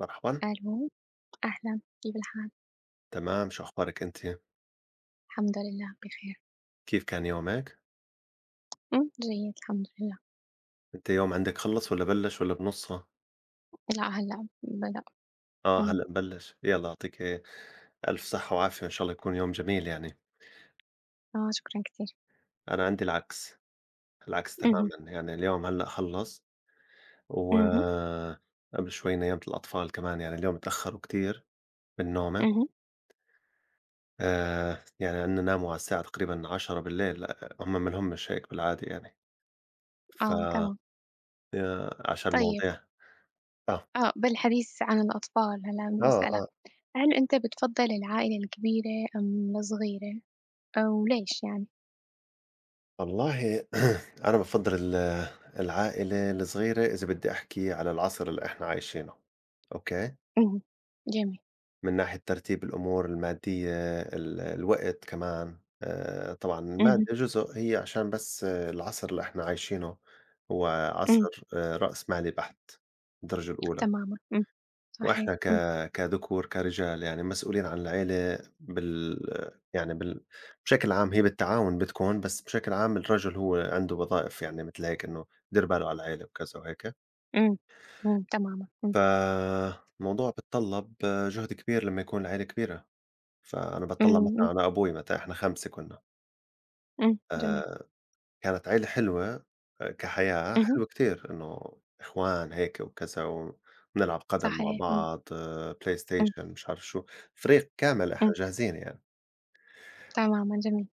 مرحبًا، ألو، أهلًا، كيف الحال؟ تمام، شو أخبارِك أنتِ؟ الحمد لله بخير، كيف كان يومِك؟ جيد الحمد لله، أنتِ يوم عندِك خلص والّا بلّش والّا بنُصّه؟ إلى هلأ بدأ، آه إمم، هلأ بلّش، يالّا يعطيكِ ألف صحة وعافية وإن شاء الله يكون يوم جميل يعني. آه، شكرًا كتير، أنا عندي العكس، العكس اهم، تمامًا، يعني اليوم هلأ خلّص اهم، وقبل شوي نيّمت الأطفال كمان، يعني اليوم اتأخروا كتير من نومي. اهم، يعني عندنا ناموا على الساعة تقريبًا 22:00، هُم ما لهمش هيك بالعادة يعني، ف آه، تمام، عشان طيب، مواضيع، آه، آه، بالحديث عن الأطفال هلأ بدي أسألك، آه. هل أنت بتفضّل العائلة الكبيرة أم الصغيرة؟ وليش يعني؟ والله أنا بافضّل العائلة الصغيرة إذا بدّي أحكي على العصر اللي إحنا عايشينه، أوكي؟ اهم، جميل، من ناحية ترتيب الأمور المادية، الوقت كمان. طبعًا المادة اهم، جزء، هي عشان بس آه، العصر اللي إحنا عايشينه هو إمم، عصر رأسمالي بحت، الدرجة الأولى. تمامًا، صحيح، وإحنا إمم، كذكور، كرجال يعني مسؤولين عن العيلة بال يعني بال بشكل عام، هي بالتعاون بتكون، بس بشكل عام الرجل هو عنده وظائف يعني متل هيك، إنه يدير باله على العيلة وكذا وهيك. إمم، إمم، تمامًا، إمم، فالموضوع بيتطلب جهد كبير لمّا يكون العيلة كبيرة. فأنا إمم، باتطلع مثلًا إمم، على أبوي، متى إحنا 5 كنا. إمم، جميل، آآ كانت عيلة حلوة كحياة، اهم، حلوة كتير، إنه إخوان هيك وكذا وبنلعب قدم مع صحيح، إمم، بعض، آه، إمم، PlayStation مش عارف شو، فريق كامل إحنا إمم، جاهزين يعني. تمامًا، جميل،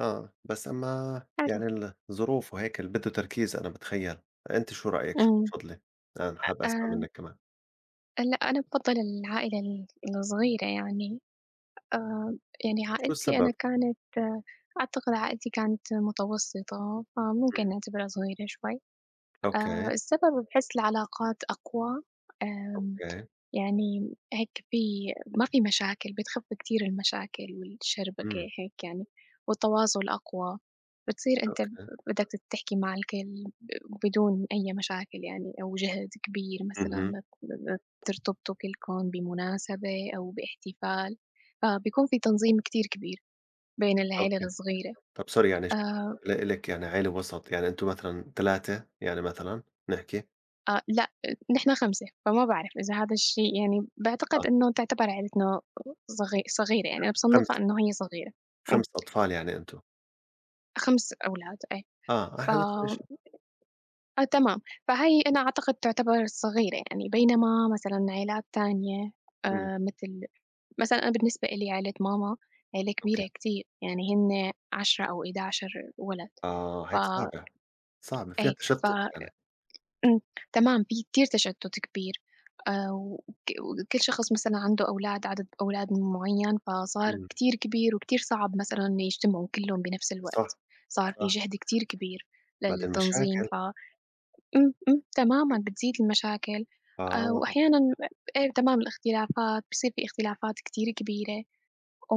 آه، بس أمّا حلو. يعني الظروف وهيك اللي بده تركيز أنا باتخيّل. أنتِ شو رأيِك، شو إمم. بتفضلي؟ أنا حابب أسمع آمم، منِّك كمان. لأ، أنا بافضّل العائلة ال الصغيرة يعني. آآ يعني شو عائلتي السبب؟ أنا كانت أعتقد عائلتي كانت متوسطة، فممكن إمم، نعتبرها صغيرة شوي. أوكي، السبب باحس العلاقات أقوى. آمم أوكي، يعني هيك في ما في مشاكل، بتخف كتير المشاكل والشربكة إمم، هيك يعني، والتواصل أقوى. بتصير أنت ب أوكي، بدك تحكي مع الكل بدون أي مشاكل يعني أو جهد كبير اهم، مثلًا لت ترتبطوا كلكم بمناسبة أو باحتفال، فبيكون في تنظيم كتير كبير بين العيلة أوكي. الصغيرة. طب sorry يعني ش آآ ل إلِك يعني عيلة وسط، يعني أنتم مثلًا 3 يعني مثلًا نحكي. آه، لأ، نحن 5، فما باعرف إذا هذا الشيء يعني، آه، باعتقد إنه تعتبر عيلتنا صغيرة يعني، أنا باصنّفها 5 إنه هي صغيرة. إمم، 5 أطفال يعني أنتم، 5 أولاد إيه. آه، ف إحنا نفس الشيء، آه، تمام، فهي أنا أعتقد تعتبر صغيرة يعني، بينما مثلًا عيلات تانية إمم، مثل مثلًا أنا بالنسبة إلي عيلة ماما عيلة أوكي. كبيرة كتير، يعني هن 10 أو 11 ولد. آه، ف هيك صعبة، صعبة فيها إيه، ف تشتُّت يعني، إمم، تمام، في كتير تشتُّت كبير. وك وكل شخص مثلًا عنده أولاد، عدد أولاد معيّن، فصار إمم، كتير كبير وكتير صعب مثلًا يجتمعوا كلّهم بنفس الوقت، صح، صار في صح، جهد كتير كبير بعدين للتنظيم. مشاكل، ف إمم، إمم، تمامًا بتزيد المشاكل. آه، وأحيانًا إيه، تمام الاختلافات، بيصير في اختلافات كتير كبيرة.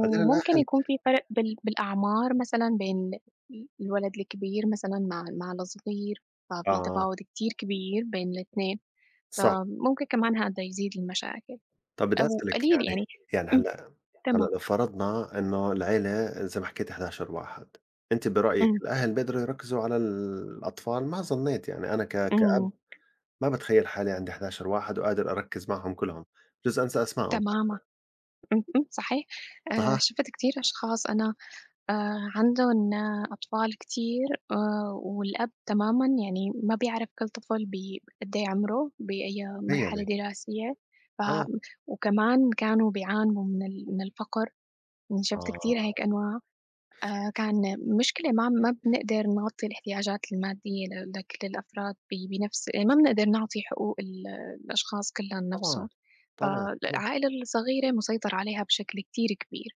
بعدين الأهل، يكون في فرق بالأعمار مثلًا بين الولد الكبير مثلًا مع الصغير، ففي آه، تفاوت كتير كبير بين الاتنين. صح. فممكن كمان هذا يزيد المشاكل طَب بدّي أو أسألِك قليل يعني، يعني. يعني إمم، هلأ هلأ تمام، لو فرضنا إنه العيلة زي ما حكيتِ 11 واحد، أنتِ برأيِك إمم، الأهل بيقدروا يركّزوا على الأطفال؟ ما ظنيت يعني أنا كأب إمم، ما باتخيّل حالي عندي 11 واحد وقادر أركّز معهم كلّهم، بجوز أنسى أسمائهم حتى. تمامًا، اهم، صحيح. صحيح؟ شُفت كتير أشخاص أنا عندهن أطفال كتير، والأب تمامًا يعني ما بيعرف كل طفل قد إيه عمره، بأي تخيّلي. مرحلة دراسية. ف آه، وكمان كانوا بيعانوا من الفقر، يعني شُفت كتير آه، هيك أنواع. كان مشكلة ما بنقدر نغطي الاحتياجات المادية لكل الأفراد بنفس يعني ما بنقدر نعطي حقوق الأشخاص كلّن طبعًا، نفسُن. طبعًا، طبعًا. فالعائلة الصغيرة مسيطر عليها بشكل كتير كبير.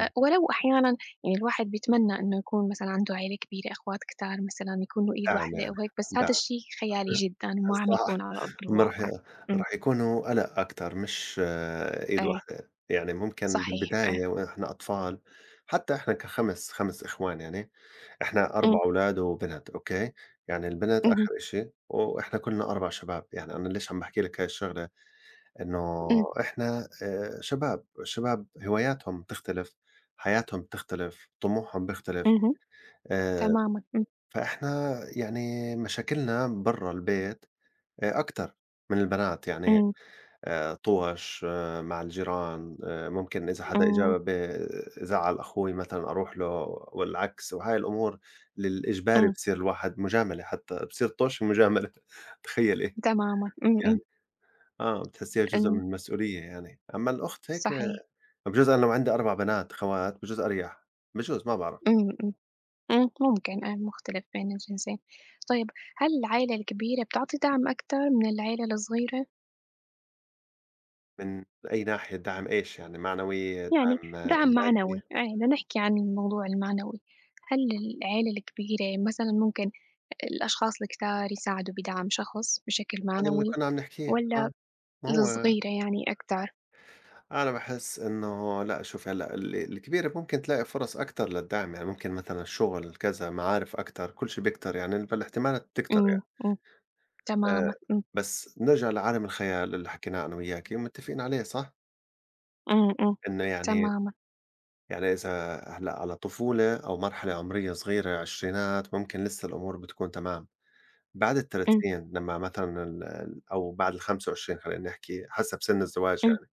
ولو أحيانًا يعني الواحد بيتمنى إنه يكون مثلًا عنده عيلة كبيرة، أخوات كتار مثلًا، يكونوا إيد دعم واحدة يعني، أو هيك، بس هذا دعم. الشي خيالي جدًا وما عم صح، يكون على أرض هم راح الواقع. ي إمم، راح يكونوا قلق أكتر، مش إيد إيه، واحدة، يعني ممكن صحيح، إيه، بالبداية وإحنا أطفال، حتى إحنا ك5، 5 إخوان يعني، إحنا 4 إمم، أولاد وبنت أوكي، يعني البنت اهم، آخر إشي وإحنا كلنا 4 شباب، يعني أنا ليش عم باحكي لك هاي الشغلة، إنه إمم، إحنا شباب، الشباب هواياتهم بتختلف، حياتهم بتختلف، طموحهم بيختلف. اهم، آآ تمامًا، إمم، فإحنا يعني مشاكلنا برّا البيت أكتر من البنات. يعني إمم، طُوَش مع الجيران، ممكن إذا حدا إجا إمم، زعّل أخوي مثلًا أروح له والعكس، وهاي الأمور، للإجباري إمم، بصير الواحد مجاملة حتى، بصير طُش ومجاملة. تخيّلي تمامًا، إمم، يعني، إمم، آه، بتحسّيها جزء من إمم، المسؤولية يعني، أمّا الأخت هيك آه، صحيح، بجوز أنا لو عندي 4 بنات خوات بجوز أريح، بجوز ما بعرف. إمم، إمم، إمم، ممكن إيه، مختلف بين الجنسين. طيب، هل العيلة الكبيرة بتعطي دعم أكتر من العيلة الصغيرة؟ من أي ناحية دعم، إيش يعني معنوي، يعني دعم آه، دعم مادي؟ معنوي، يعني بدنا نحكي عن الموضوع المعنوي. هل العيلة الكبيرة مثلًا ممكن الأشخاص الكتار يساعدوا بدعم شخص بشكل هذا اللي معنوي كنا عم نحكيه، آه، والّا ما هو الصغيرة يعني أكتر؟ أنا باحس إنه لأ، شوف هلأ الكبيرة ممكن تلاقي فرص أكتر للدعم، يعني ممكن مثلًا الشغل كذا، معارف أكتر، كل شي بيكتر يعني، فالاحتمالات بتكتر يعني. إمم، إمم، آآ، تمامًا، إمم، بس نرجع لعالم الخيال اللي حكيناه أنا وياكِ ومتفقين عليه، صح؟ إمم، إمم، إنه يعني، تمامًا، يعني إذا هلأ على طفولة أو مرحلة عمرية صغيرة عشرينات، ممكن لسه الأمور بتكون تمام. بعد إمم، ال30، لمّا مثلًا ال ال أو بعد ال25، خلّينا نحكي حسب سن الزواج إمم، يعني.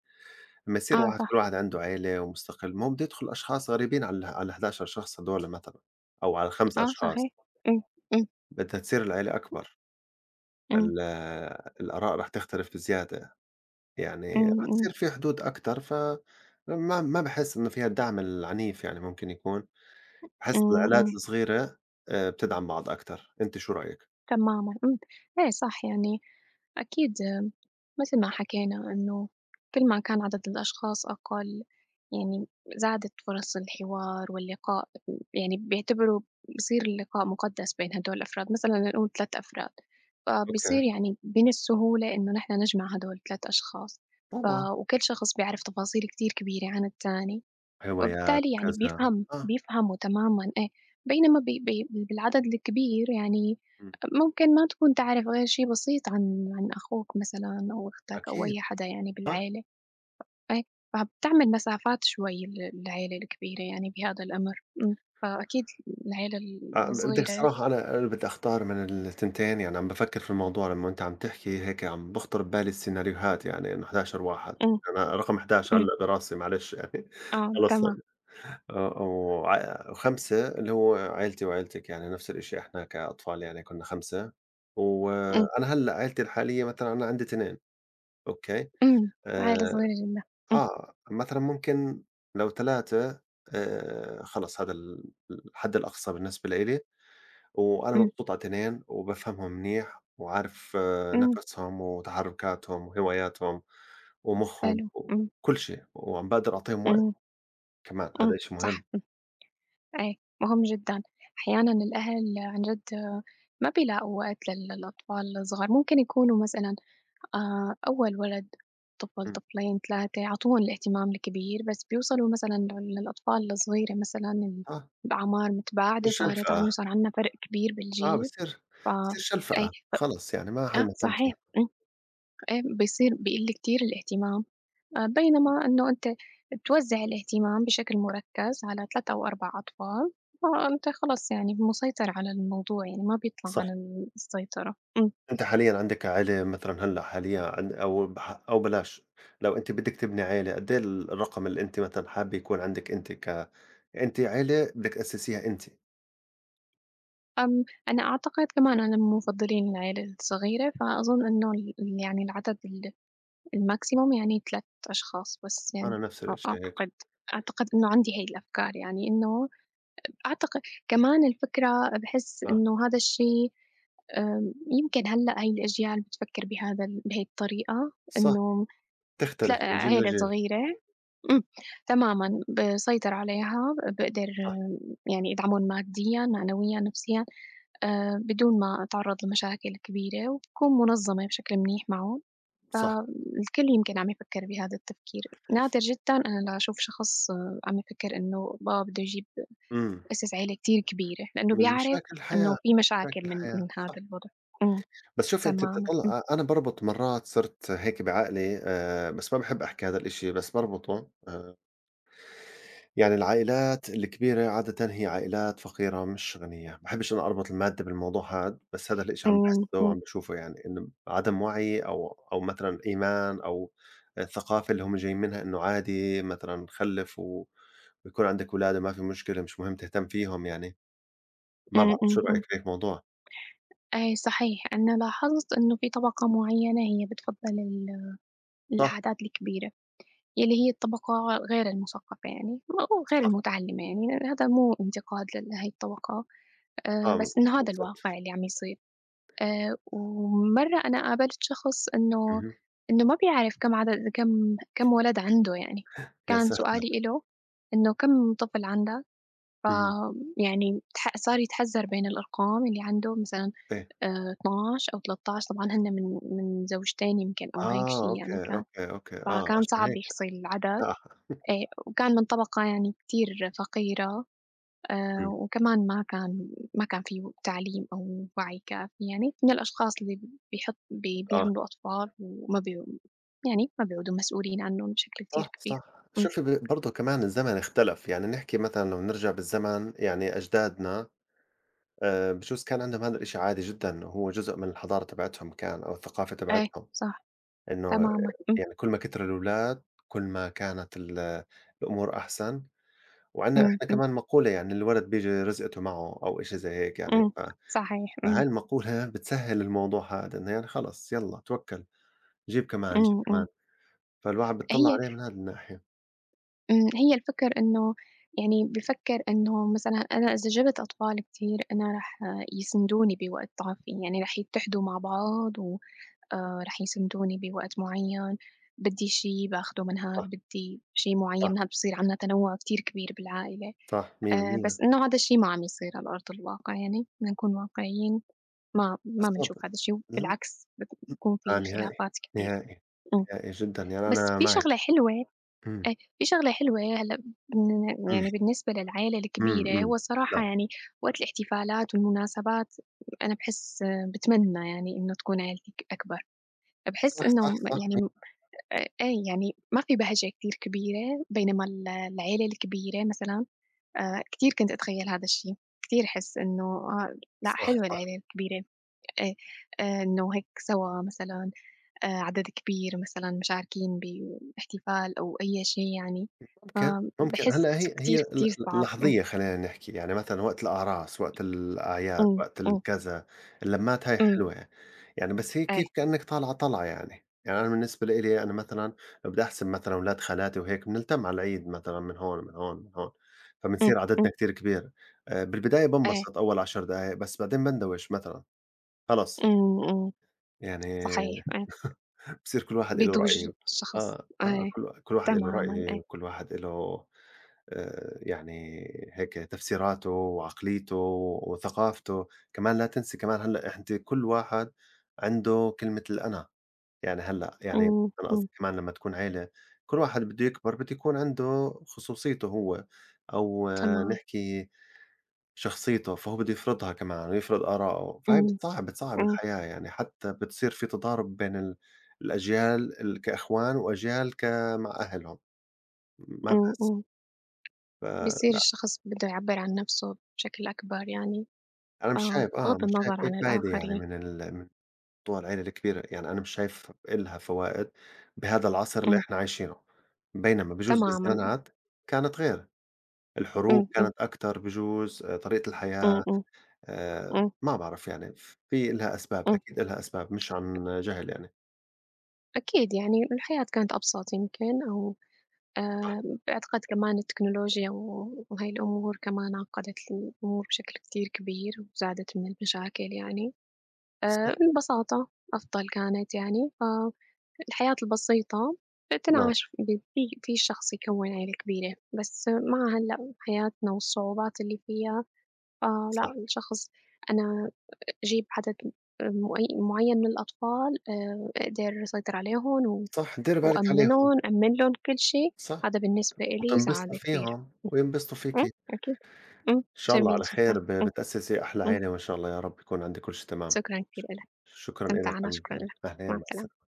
لمّا يصير آه، واحد، كل صح، واحد عنده عيلة ومستقل، ما هو بده يدخل أشخاص غريبين على على ال11 شخص هدول مثلًا، أو على ال5 آه، أشخاص. صحيح، إمم، إمم، بدها تصير العيلة أكبر، إمم، ال الآراء رح تختلف بزيادة، يعني رح إمم، إمم، تصير في حدود أكتر. ف ما ما باحس إنه فيها الدعم العنيف، يعني ممكن يكون، باحس إمم، العائلات إمم. الصغيرة بتدعم بعض أكتر. أنت شو رأيك؟ تمامًا، إمم، إيه، صح يعني، أكيد. مثل ما حكينا إنه كل ما كان عدد الأشخاص أقل، يعني زادت فرص الحوار واللقاء. يعني بيعتبروا بصير اللقاء مقدس بين هدول الأفراد، مثلًا لنقول 3 أفراد، أوكي، فبصير يعني من السهولة إنه نحن نجمع هدول ال3 أشخاص. ف طبعًا، وكل شخص بيعرف تفاصيل كتير كبيرة عن التاني. هوايات وبالتالي يعني وكذا، بيفهم آه، بيفهموا تمامًا إيه. بينما ب ب بالعدد الكبير يعني إمم، ممكن ما تكون تعرف غير شي بسيط عن أخوك مثلًا أو أختك أو أكيد، أي حدا يعني آه. بالعيلة. إيه، فبتعمل مسافات شوي العيلة الكبيرة يعني بهذا الأمر. إمم، فأكيد العيلة آه، بدِك الصغيرة. الصراحة أنا، بدي أختار من التنتين، يعني عم بافكّر في الموضوع لمّا أنت عم تحكي هيك، عم بخطر ببالي السيناريوهات يعني إنه 11 واحد، إمم، أنا رقم 11 إمم، علّق براسي معلش يعني آه، خلص. تمام، آه، وع و5 اللي هو عيلتي وعيلتِك، يعني نفس الشيء إحنا كأطفال يعني كُنّا 5، إمم، وأنا هلّأ عيلتي الحالية مثلًا أنا عندي 2 أوكي. إمم، عيلة آآ، صغيرة جدًا، إمم، مثلًا ممكن لو 3، خلص هذا الحد الأقصى بالنسبة لإلي. وأنا إمم، مبسوط على التنين وبافهمهم منيح وعارف إمم، نَفَسهم وتحرُّكاتهم وهواياتهم ومُخهم حلو، إمم، وكل شي، وعم باقدر أعطيهم وقت، إمم، كمان إمم، هذا إشي صح. مهم. أي، مهم جدًا. أحيانًا الأهل عن جد ما بيلاقوا وقت للأطفال الصغار، ممكن يكونوا مثلًا أول ولد، طفل، إمم. طفلين، 3، عطوهم الاهتمام الكبير، بس بيوصلوا مثلًا للأطفال الصغيرة مثلًا آه، الأعمار متباعدة بتصير صارت شلْفقة، عنّه، صار عندنا فرق كبير آه بالجيل. بتصير ف بتصير إيه، شلْفقة ف خلص، يعني ما حدا آه، مهتم صحيح، فيها. إيه، بيصير بيقل كتير الاهتمام. بينما إنه أنت توزّع الاهتمام بشكل مركّز على 3 أو 4 أطفال، فأنت خلص يعني مسيطر على الموضوع، يعني ما بيطلع صح. عن السيطرة. إمم. أنت حاليًا عندك عيلة مثلًا هلّأ حاليًا عن أو بح أو بلاش، لو أنت بدِّك تبني عيلة قد إيه الرقم اللي أنت مثلًا حابة يكون عندِك، أنت أنتِ عيلة بدِّك تأسّسيها أنتِ؟ أنا أعتقد كمان أنا من مُفضّلين العيلة الصغيرة، فأظن إنه يعني العدد الMaximum يعني 3 أشخاص بس أنا يعني. نَفْس أ الإشي هيك. أعتقد أعتقد إنه عندي هاي الأفكار يعني. إنه أعتق كمان الفكرة باحس آه. إنه هذا الشيء. يمكن هلأ هاي الأجيال بتفكّر بهذا ال بهي الطريقة، صح. إنه تختلف بتلاقي من جيل عيلة لجيل، صغيرة. إمم، تمامًا باسيطر عليها، باقدر صح، يعني أدعمهم ماديًا، معنويًا، نفسيًا، بدون ما أتعرّض لمشاكل كبيرة، وبكون منظمة بشكل منيح معهم. صح، فالكل يمكن عم يفكّر بهذا التفكير. نادر جدًا أنا لأشوف شخص عم يفكّر إنه والله بده يجيب إمم. أسس عيلة كتير كبيرة، لإنه من بيعرف مشاكل إنه الحياة، في مشاكل مشاكل من الحياة، من هذا صح. الوضع. إمم، بس شوف، أنت تمامًا. إمم، بتطلّع، أنا باربط مرات صرت هيك بعقلي، بس ما باحب أحكي هذا الإشي بس باربطه، يعني العائلات الكبيرة عادةً هي عائلات فقيرة مش غنية. باحبش أنا أربط المادة بالموضوع هاد، بس هذا الإشي عم إمم، باحسه إمم، وعم باشوفه، يعني إنه عدم وعي أو مثلًا إيمان، أو الثقافة اللي هم جايين منها، إنه عادي مثلًا خلِّف و ويكون عندك ولاد وما في مشكلة، مش مهم تهتم فيهم يعني. ما إمم، بعرف شو إمم، رأيك إمم. بهيك موضوع؟ أي، صحيح، أنا لاحظت إنه في طبقة معيّنة هي بتفضّل صح، العادات الكبيرة، يلّي هي الطبقة غير المثقفة يعني أو غير صح، المتعلمة يعني. هذا مو انتقاد لهي الطبقة، آه، بس إنه هذا بالضبط، الواقع اللي عم يصير. ومرّة أنا قابلت شخص إنه اهم، ما بيعرف كم عدد كم كم ولد عنده يعني، يا كان ساتر! سؤالي إله إنه كم طفل عندك، اهم، فيعني صار يتحزّر بين الأرقام اللي عنده مثلًا إيه، 12 أو 13. طبعًا هن من زوجتين يمكن أو هيك شي آه، يعني أوكي، كان، أوكي، أوكي، آه، فكان عشان صعب هيك، يحصي العدد. آه، إيه، وكان من طبقة يعني كتير فقيرة، إمم، وكمان ما كان في تعليم أو وعي كافي يعني، من الأشخاص اللي بيحط بي آه. بيعملوا أطفال وما بي يعني ما بيعودوا مسؤولين عنّن بشكل كتير صح، كبير. صح. إمم، شوفي برضه كمان الزمن اختلف، يعني نحكي مثلًا لو نرجع بالزمن يعني أجدادنا، بجوز كان عندهم هذا الإشي عادي جدًا، هو جزء من الحضارة تبعتهم كان، أو الثقافة إيه، تبعتهم، صح، إنه تمامًا، إمم، يعني كل ما كتروا الولاد، كل ما كانت الأمور أحسن. وعندنا إحنا إمم. كمان مقولة، يعني الولد بييجي رزقته معه أو إشي زي هيك يعني. إمم، ف صحيح، فهاي إمم، المقولة بتسهّل الموضوع هذا، إنه يعني خلص يالّا توكّل، جيب كمان، جيب إمم، كمان، إمم، فالواحد بيطلّع هي عليه من هذا الناحية. هي الفكر إنه يعني بافكّر إنه مثلًا أنا إذا جِبت أطفال كتير، أنا رح يسندوني بوقت ضعفي، يعني رح يتحدوا مع بعض، و رح يسندوني بوقت معيّن، بدّي شي باخده من هاد، صح، بدّي شي صح، معيّن من هاد، بصير عندنا تنوُع كتير كبير بالعائلة. صح، 100%. بس إنه هذا الشي ما عم يصير على أرض الواقع يعني، بدنا نكون واقعيين، ما بنشوف هذا بالضبط. الشي، اهم، وبالعكس إمم. بيكون آه في نهائي، خلافات كبيرة. نهائي، إمم. نهائي جدًا، يعني بس أنا في معِك. شغلة حلوة، إمم، في شغلة حلوة هلأ بن إمم، يعني بالنسبة للعيلة إمم، الكبيرة، إمم. هو الصراحة نعم. يعني وقت الاحتفالات والمناسبات أنا باحس باتمنى يعني إنه تكون عيلتي ك أكبر. باحس صح، إنه صح، م يعني صح، م إيه، يعني ما في بهجة كتير كبيرة، بينما العيلة الكبيرة مثلًا كتير كنت أتخيّل هذا الشي. كتير أحس إنه لأ، صح. حلوة العيلة الكبيرة، آآ إنه هيك سوا مثلًا عدد كبير مثلًا مشاركين باحتفال أو أي شي يعني. ممكن، ممكن. فباحس هلأ هي هي كتير، ال كتير ال صعب. إمم، لحظية خلّينا نحكي، يعني مثلًا وقت الأعراس، وقت الأعياد، إمم، وقت إمم، الكذا، اللمّات هاي إمم، حلوة، يعني بس هي إيه، كيف كإنّك طالعة طلعة يعني. يعني أنا بالنسبة لإلي، أنا مثلًا لو بدي أحسب مثلًا ولاد خالاتي وهيك بنلتم على العيد مثلًا من هون، من هون، من هون، إمم، فبنصير إمم، عددنا كتير كبير. بالبداية إيه، بانبسط أول 10 دقايق، بس بعدين باندوِش مثلًا، خلص إمم، إمم، يعني صحيح، إيه، بصير كل واحد إله بيضوج رأي. الشخص، آه، آه، إيه، كل واحد إله تمامًا، رأي، إيه، وكل واحد إله يعني هيك تفسيراته وعقليته وثقافته. كمان لا تنسي، كمان هلأ أنتِ، كل واحد عنده كلمة الأنا، يعني هلأ يعني إمم، أنا قصدي إمم، كمان لمّا تكون عيلة، كل واحد بده يكبر بده يكون عنده خصوصيته هو، أو آه، تمام، نحكي شخصيته، فهو بده يفرضها كمان ويفرض آراءه، فهي إمم، بتصعّب بتصعّب إمم، الحياة، يعني حتى بتصير في تضارب بين الأجيال كأخوان، وأجيال مع أهلهم. ما إمم، باحس إمم، ف بيصير الشخص بده يعبّر عن نفسه بشكل أكبر يعني، أنا مش آه، شايف آه، بغض مش شايف النظر عن أي فايدة يعني الآخرين. من موضوع العيلة الكبيرة، يعني أنا مش شايف إلها فوائد بهذا العصر اللي إمم، إحنا عايشينه. بينما بجوز تمامًا، بالزمانات كانت غير، الحروب إمم، إمم، كانت أكتر بجوز، طريقة إمم، الحياة، إمم، إمم، ما بعرف يعني، في إلها أسباب، إمم. أكيد إلها أسباب مش عن جهل يعني. أكيد يعني الحياة كانت أبسط يمكن، أو آآ باعتقاد كمان التكنولوجيا وهاي الأمور كمان عقّدت الأمور بشكل كتير كبير وزادت من المشاكل يعني. صح، البساطة أفضل كانت يعني. فالحياة البسيطة نعم، بتنعاش ب في في شخص يكوّن عيلة كبيرة، بس مع هلأ حياتنا والصعوبات اللي فيها، صح، فلأ الشخص أنا أجيب عدد مؤي معيّن من الأطفال، أقدر أسيطر عليهم و صح، ديري بالِك وأأمّنه عليهم، نأمّن لهم كل شي. صح، هذا بالنسبة إلي سعادة وتنبسطي كبيرة. فيهم إمم، وينبسطوا إمم، فيكِ. أكيد. إمم، إن شاء الله جميل على خير، جدًا. إمم، بتأسسي أحلى إمم، عيلة وإن شاء الله يا رب يكون عندِك كل شي تمام. شكرًا كتير ش إلك. شكرًا إلِك استمتعنا، على شكرًا المكالمة. إلك، أهلين، مع مع السلامة. السلامة.